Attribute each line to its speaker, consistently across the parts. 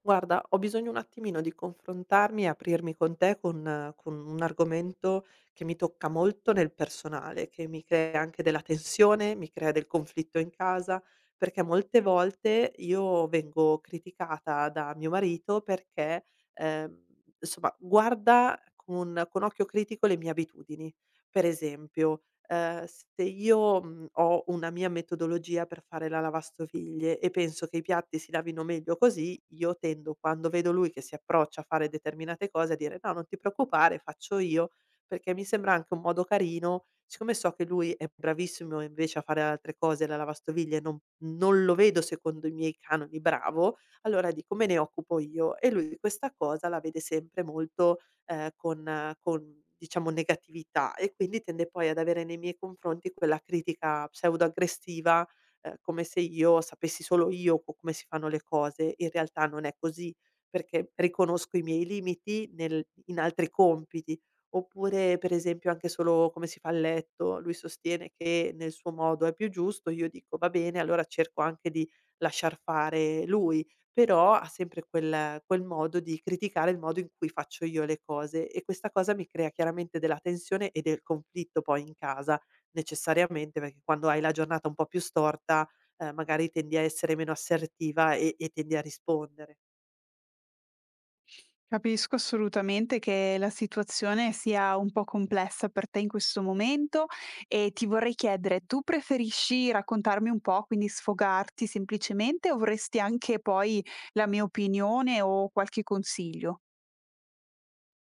Speaker 1: Guarda, ho bisogno un attimino di confrontarmi e aprirmi con te con un argomento che mi tocca molto nel personale, che mi crea anche della tensione, mi crea del conflitto in casa, perché molte volte io vengo criticata da mio marito perché, ehm, insomma, guarda con occhio critico le mie abitudini. Per esempio, se io, ho una mia metodologia per fare la lavastoviglie e penso che i piatti si lavino meglio così, io tendo, quando vedo lui che si approccia a fare determinate cose, a dire: "No, non ti preoccupare, faccio io", perché mi sembra anche un modo carino, siccome so che lui è bravissimo invece a fare altre cose, la lavastoviglie non lo vedo secondo i miei canoni bravo, allora dico: "Me ne occupo io". E lui questa cosa la vede sempre molto con diciamo negatività e quindi tende poi ad avere nei miei confronti quella critica pseudo-aggressiva, come se io sapessi solo io co come si fanno le cose. In realtà non è così, perché riconosco i miei limiti nel in altri compiti. Oppure per esempio anche solo come si fa il letto, lui sostiene che nel suo modo è più giusto, io dico: "Va bene", allora cerco anche di lasciar fare lui però ha sempre quel modo di criticare il modo in cui faccio io le cose e questa cosa mi crea chiaramente della tensione e del conflitto poi in casa, necessariamente, perché quando hai la giornata un po' più storta, magari tendi a essere meno assertiva e tendi a rispondere.
Speaker 2: Capisco assolutamente che la situazione sia un po' complessa per te in questo momento e ti vorrei chiedere, tu preferisci raccontarmi un po', quindi sfogarti semplicemente o vorresti anche poi la mia opinione o qualche consiglio?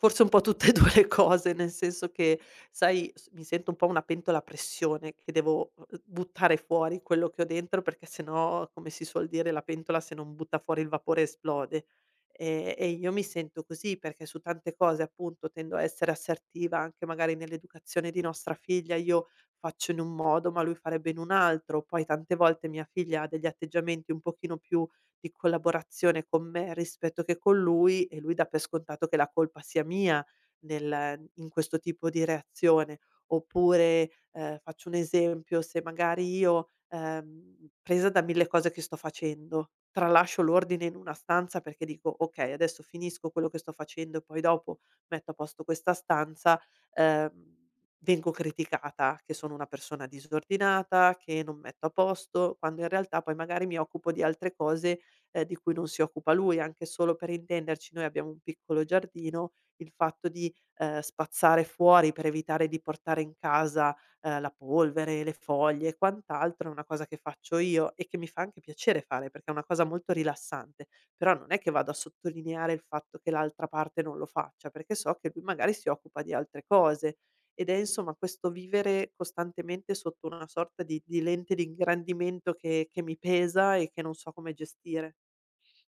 Speaker 1: Forse un po' tutte e 2 le cose, nel senso che, sai, s mi sento un po' una pentola a pressione che devo, buttare fuori quello che ho dentro, perché se no, come si suol dire, la pentola se non butta fuori il vapore esplode. E io mi sento così perché su tante cose, appunto, tendo a essere assertiva, anche magari nell'educazione di nostra figlia, io faccio in un modo, ma lui farebbe in un altro. Poi tante volte mia figlia ha degli atteggiamenti un pochino più di collaborazione con me rispetto che con lui e lui dà per scontato che la colpa sia mia nel in questo tipo di reazione. Oppure, faccio un esempio, se magari io, presa da 1000 cose che sto facendo, tralascio l'ordine in una stanza perché dico: "Okay, adesso finisco quello che sto facendo e poi dopo metto a posto questa stanza", ehm, vengo criticata che sono una persona disordinata, che non metto a posto, quando in realtà poi magari mi occupo di altre cose di cui non si occupa lui. Anche solo per intenderci, noi abbiamo un piccolo giardino, il fatto di, spazzare fuori per evitare di portare in casa, la polvere, le foglie e quant'altro è una cosa che faccio io e che mi fa anche piacere fare, perché è una cosa molto rilassante. Però non è che vado a sottolineare il fatto che l'altra parte non lo faccia, perché so che lui magari si occupa di altre cose. Ed è insomma questo vivere costantemente sotto una sorta di lente di ingrandimento che mi pesa e che non so come gestire.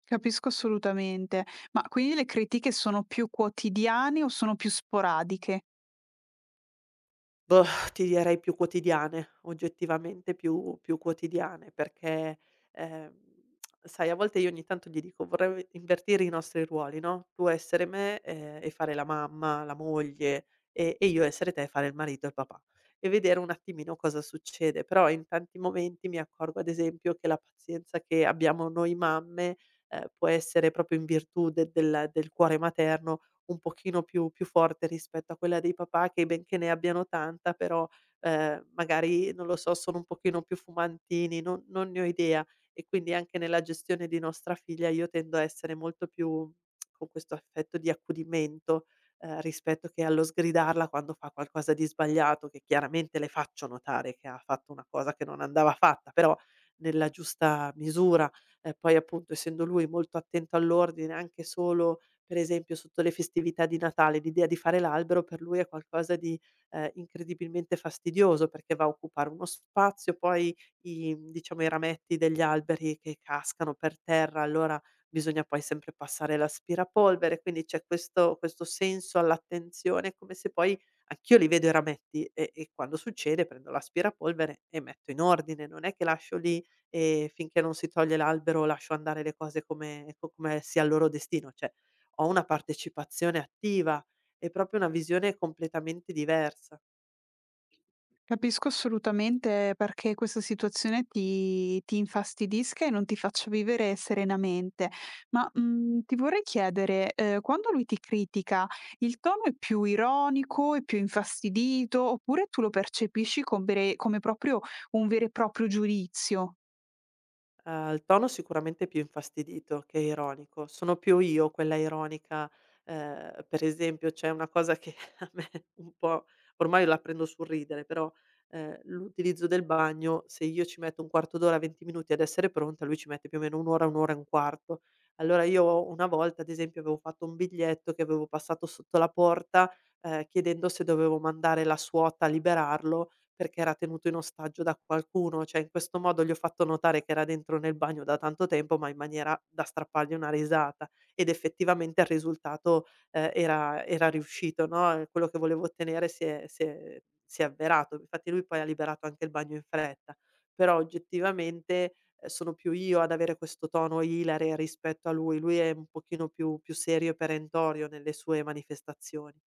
Speaker 2: Capisco assolutamente, ma quindi le critiche sono più quotidiane o sono più sporadiche?
Speaker 1: Boh, ti direi più quotidiane, oggettivamente più quotidiane, perché, ehm, sai a volte io ogni tanto gli dico: "Vorrei invertire i nostri ruoli, no, tu essere me, e fare la mamma, la moglie, e io essere te e fare il marito e il papà." E vedere un attimino cosa succede, però in tanti momenti mi accorgo ad esempio che la pazienza che abbiamo noi mamme, può essere proprio in virtù de del cuore materno un pochino più forte rispetto a quella dei papà che, benché ne abbiano tanta, però, magari, non lo so, sono un pochino più fumantini, non ne ho idea. E quindi anche nella gestione di nostra figlia io tendo a essere molto più con questo affetto di accudimento, rispetto che allo sgridarla quando fa qualcosa di sbagliato, che chiaramente le faccio notare che ha fatto una cosa che non andava fatta, però nella giusta misura. E poi, appunto, essendo lui molto attento all'ordine, anche solo per esempio sotto le festività di Natale, l'idea di fare l'albero per lui è qualcosa di, incredibilmente fastidioso perché va a occupare uno spazio, poi i diciamo i rametti degli alberi che cascano per terra, allora bisogna poi sempre passare l'aspirapolvere, quindi c'è questo senso all'attenzione, come se poi anch'io li vedo i rametti e quando succede prendo l'aspirapolvere e metto in ordine, non è che lascio lì e finché non si toglie l'albero lascio andare le cose come co come sia il loro destino, cioè ho una partecipazione attiva, è proprio una visione completamente diversa.
Speaker 2: Capisco assolutamente perché questa situazione ti ti infastidisca e non ti faccia vivere serenamente. Ma, mhmm, ti vorrei chiedere, quando lui ti critica, il tono è più ironico, è più infastidito, oppure tu lo percepisci come proprio un vero e proprio giudizio?
Speaker 1: Il tono sicuramente è più infastidito che ironico. Sono più io quella ironica, per esempio c'è una cosa che a me un po' ormai la prendo sul ridere, però, l'utilizzo del bagno, se io ci metto un quarto d'ora, 20 minuti ad essere pronta, lui ci mette più o meno 1 ora, 1 ora e un quarto. Allora io una volta, ad esempio, avevo fatto un biglietto che avevo passato sotto la porta, chiedendo se dovevo mandare la suota a liberarlo perché era tenuto in ostaggio da qualcuno, cioè in questo modo gli ho fatto notare che era dentro nel bagno da tanto tempo, ma in maniera da strappargli una risata ed effettivamente il risultato, era riuscito, no, quello che volevo ottenere si è avverato. Infatti lui poi ha liberato anche il bagno in fretta. Però oggettivamente, sono più io ad avere questo tono ilare rispetto a lui. Lui è un pochino più serio e perentorio nelle sue manifestazioni.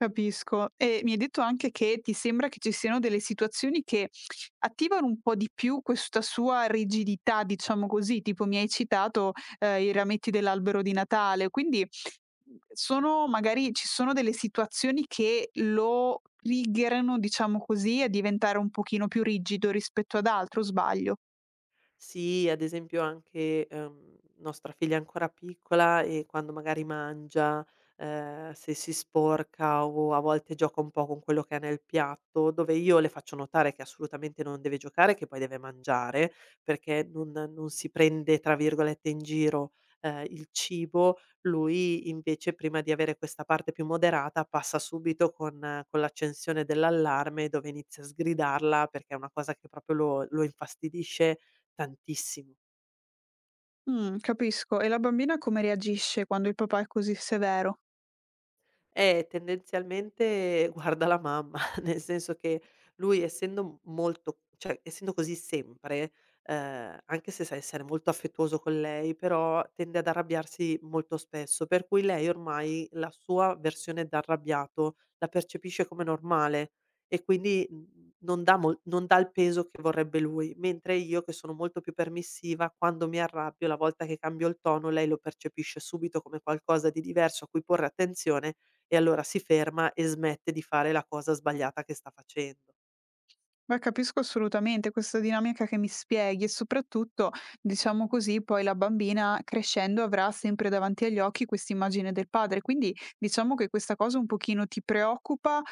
Speaker 2: Capisco. E mi hai detto anche che ti sembra che ci siano delle situazioni che attivano un po' di più questa sua rigidità, diciamo così, tipo mi hai citato i rametti dell'albero di Natale, quindi sono magari ci sono delle situazioni che lo triggerano, diciamo così, a diventare un pochino più rigido rispetto ad altro, o sbaglio.
Speaker 1: Sì, ad esempio anche, nostra figlia è ancora piccola e quando magari mangia, se si sporca o a volte gioca un po' con quello che ha nel piatto, dove io le faccio notare che assolutamente non deve giocare, che poi deve mangiare, perché non si prende, tra virgolette, "in giro", il cibo, lui invece prima di avere questa parte più moderata passa subito con l'accensione dell'allarme dove inizia a sgridarla perché è una cosa che proprio lo infastidisce tantissimo.
Speaker 2: Mm, capisco. E la bambina come reagisce quando il papà è così severo?
Speaker 1: Tendenzialmente guarda la mamma, nel senso che lui essendo m molto essendo così sempre, anche se sa essere molto affettuoso con lei, però tende ad arrabbiarsi molto spesso, per cui lei ormai la sua versione da arrabbiato la percepisce come normale e quindi, non dà mol non dà il peso che vorrebbe lui, mentre io che sono molto più permissiva, quando mi arrabbio, la volta che cambio il tono, lei lo percepisce subito come qualcosa di diverso a cui porre attenzione e allora si ferma e smette di fare la cosa sbagliata che sta facendo.
Speaker 2: Beh, capisco assolutamente questa dinamica che mi spieghi e soprattutto, diciamo così, poi la bambina crescendo avrà sempre davanti agli occhi questa immagine del padre, quindi diciamo che questa cosa un pochino ti preoccupa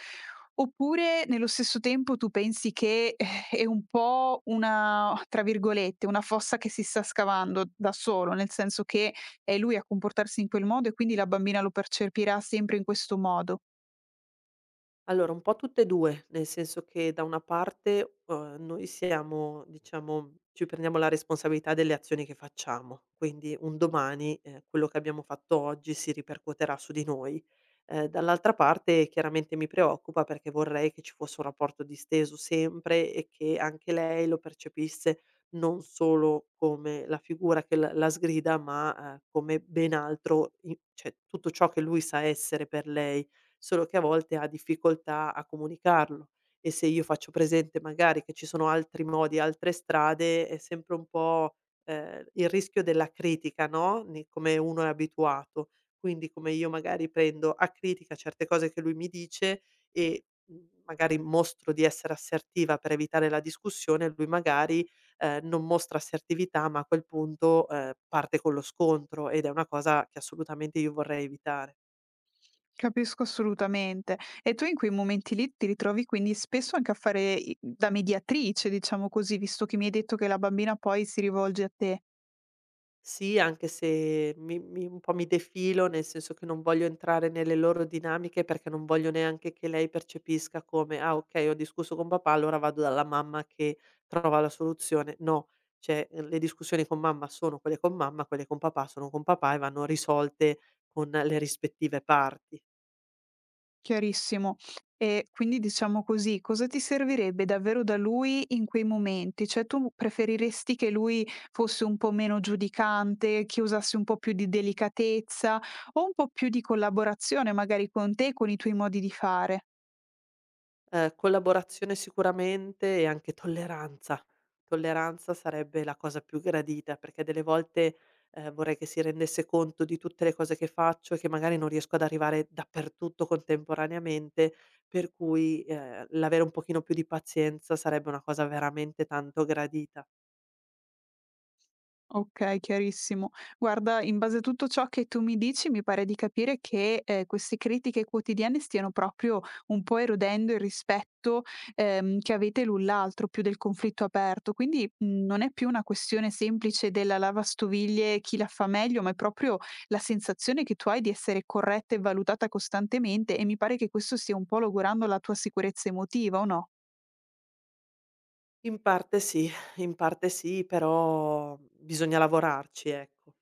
Speaker 2: oppure nello stesso tempo tu pensi che è un po' una, tra virgolette, una fossa che si sta scavando da solo, nel senso che è lui a comportarsi in quel modo e quindi la bambina lo percepirà sempre in questo modo.
Speaker 1: Allora, un po' tutte e 2, nel senso che da una parte, noi siamo ci prendiamo la responsabilità delle azioni che facciamo, quindi un domani, quello che abbiamo fatto oggi si ripercuoterà su di noi. Dall'altra parte chiaramente mi preoccupa perché vorrei che ci fosse un rapporto disteso sempre e che anche lei lo percepisse non solo come la figura che la sgrida, ma, come ben altro i cioè tutto ciò che lui sa essere per lei solo che a volte ha difficoltà a comunicarlo e se io faccio presente magari che ci sono altri modi, altre strade, è sempre un po', il rischio della critica, no, ne come uno è abituato. Quindi come io magari prendo a critica certe cose che lui mi dice e, magari mostro di essere assertiva per evitare la discussione, lui magari, non mostra assertività, ma a quel punto, parte con lo scontro ed è una cosa che assolutamente io vorrei evitare.
Speaker 2: Capisco assolutamente. E tu in quei momenti lì ti ritrovi quindi spesso anche a fare i da mediatrice, diciamo così, visto che mi hai detto che la bambina poi si rivolge a te.
Speaker 1: Sì, anche se mi un po' mi defilo, nel senso che non voglio entrare nelle loro dinamiche, perché non voglio neanche che lei percepisca come: "Ah okay, ho discusso con papà, allora vado dalla mamma che trova la soluzione". No, cioè, le discussioni con mamma sono quelle con mamma, quelle con papà sono con papà e vanno risolte con le rispettive parti.
Speaker 2: Chiarissimo. E quindi diciamo così, cosa ti servirebbe davvero da lui in quei momenti? Cioè tu preferiresti che lui fosse un po' meno giudicante, che usasse un po' più di delicatezza o un po' più di collaborazione magari con te e con i tuoi modi di fare?
Speaker 1: Collaborazione sicuramente e anche tolleranza. Tolleranza sarebbe la cosa più gradita, perché delle volte, vorrei che si rendesse conto di tutte le cose che faccio e che magari non riesco ad arrivare dappertutto contemporaneamente, per cui, l'avere un pochino più di pazienza sarebbe una cosa veramente tanto gradita.
Speaker 2: Okay, chiarissimo. Guarda, in base a tutto ciò che tu mi dici, mi pare di capire che, queste critiche quotidiane stiano proprio un po' erodendo il rispetto, che avete l'un l'altro, più del conflitto aperto. Quindi, mhmm, non è più una questione semplice della lavastoviglie, chi la fa meglio, ma è proprio la sensazione che tu hai di essere corretta e valutata costantemente e mi pare che questo stia un po' logorando la tua sicurezza emotiva, o no?
Speaker 1: In parte sì, in parte sì, però bisogna lavorarci, ecco.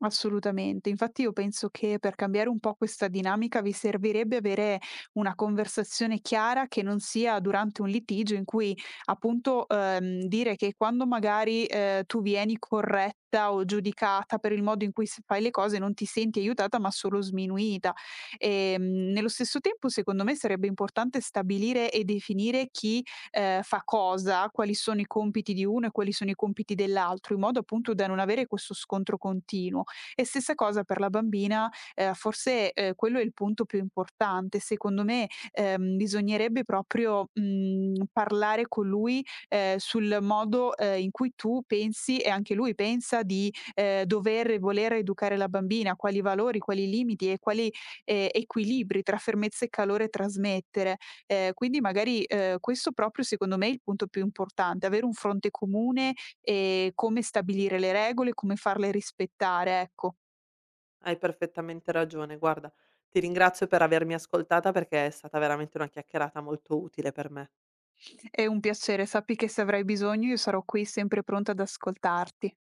Speaker 2: Assolutamente. Infatti io penso che per cambiare un po' questa dinamica vi servirebbe avere una conversazione chiara che non sia durante un litigio in cui appunto dire che quando magari tu vieni corretta o giudicata per il modo in cui s- fai le cose non ti senti aiutata ma solo sminuita. E, nello stesso tempo secondo me sarebbe importante stabilire e definire chi fa cosa, quali sono i compiti di uno e quali sono i compiti dell'altro, in modo appunto da non avere questo scontro continuo e stessa cosa per la bambina, forse, quello è il punto più importante. Secondo me, bisognerebbe proprio, mhmm, parlare con lui, sul modo, in cui tu pensi e anche lui pensa di, dover e voler educare la bambina, quali valori, quali limiti e quali, equilibri tra fermezza e calore trasmettere. Quindi magari, questo proprio secondo me è il punto più importante, avere un fronte comune e come stabilire le regole, come farle rispettare, ecco.
Speaker 1: Hai perfettamente ragione. Guarda, ti ringrazio per avermi ascoltata perché è stata veramente una chiacchierata molto utile per me.
Speaker 2: È un piacere, sappi che se avrai bisogno io sarò qui sempre pronta ad ascoltarti.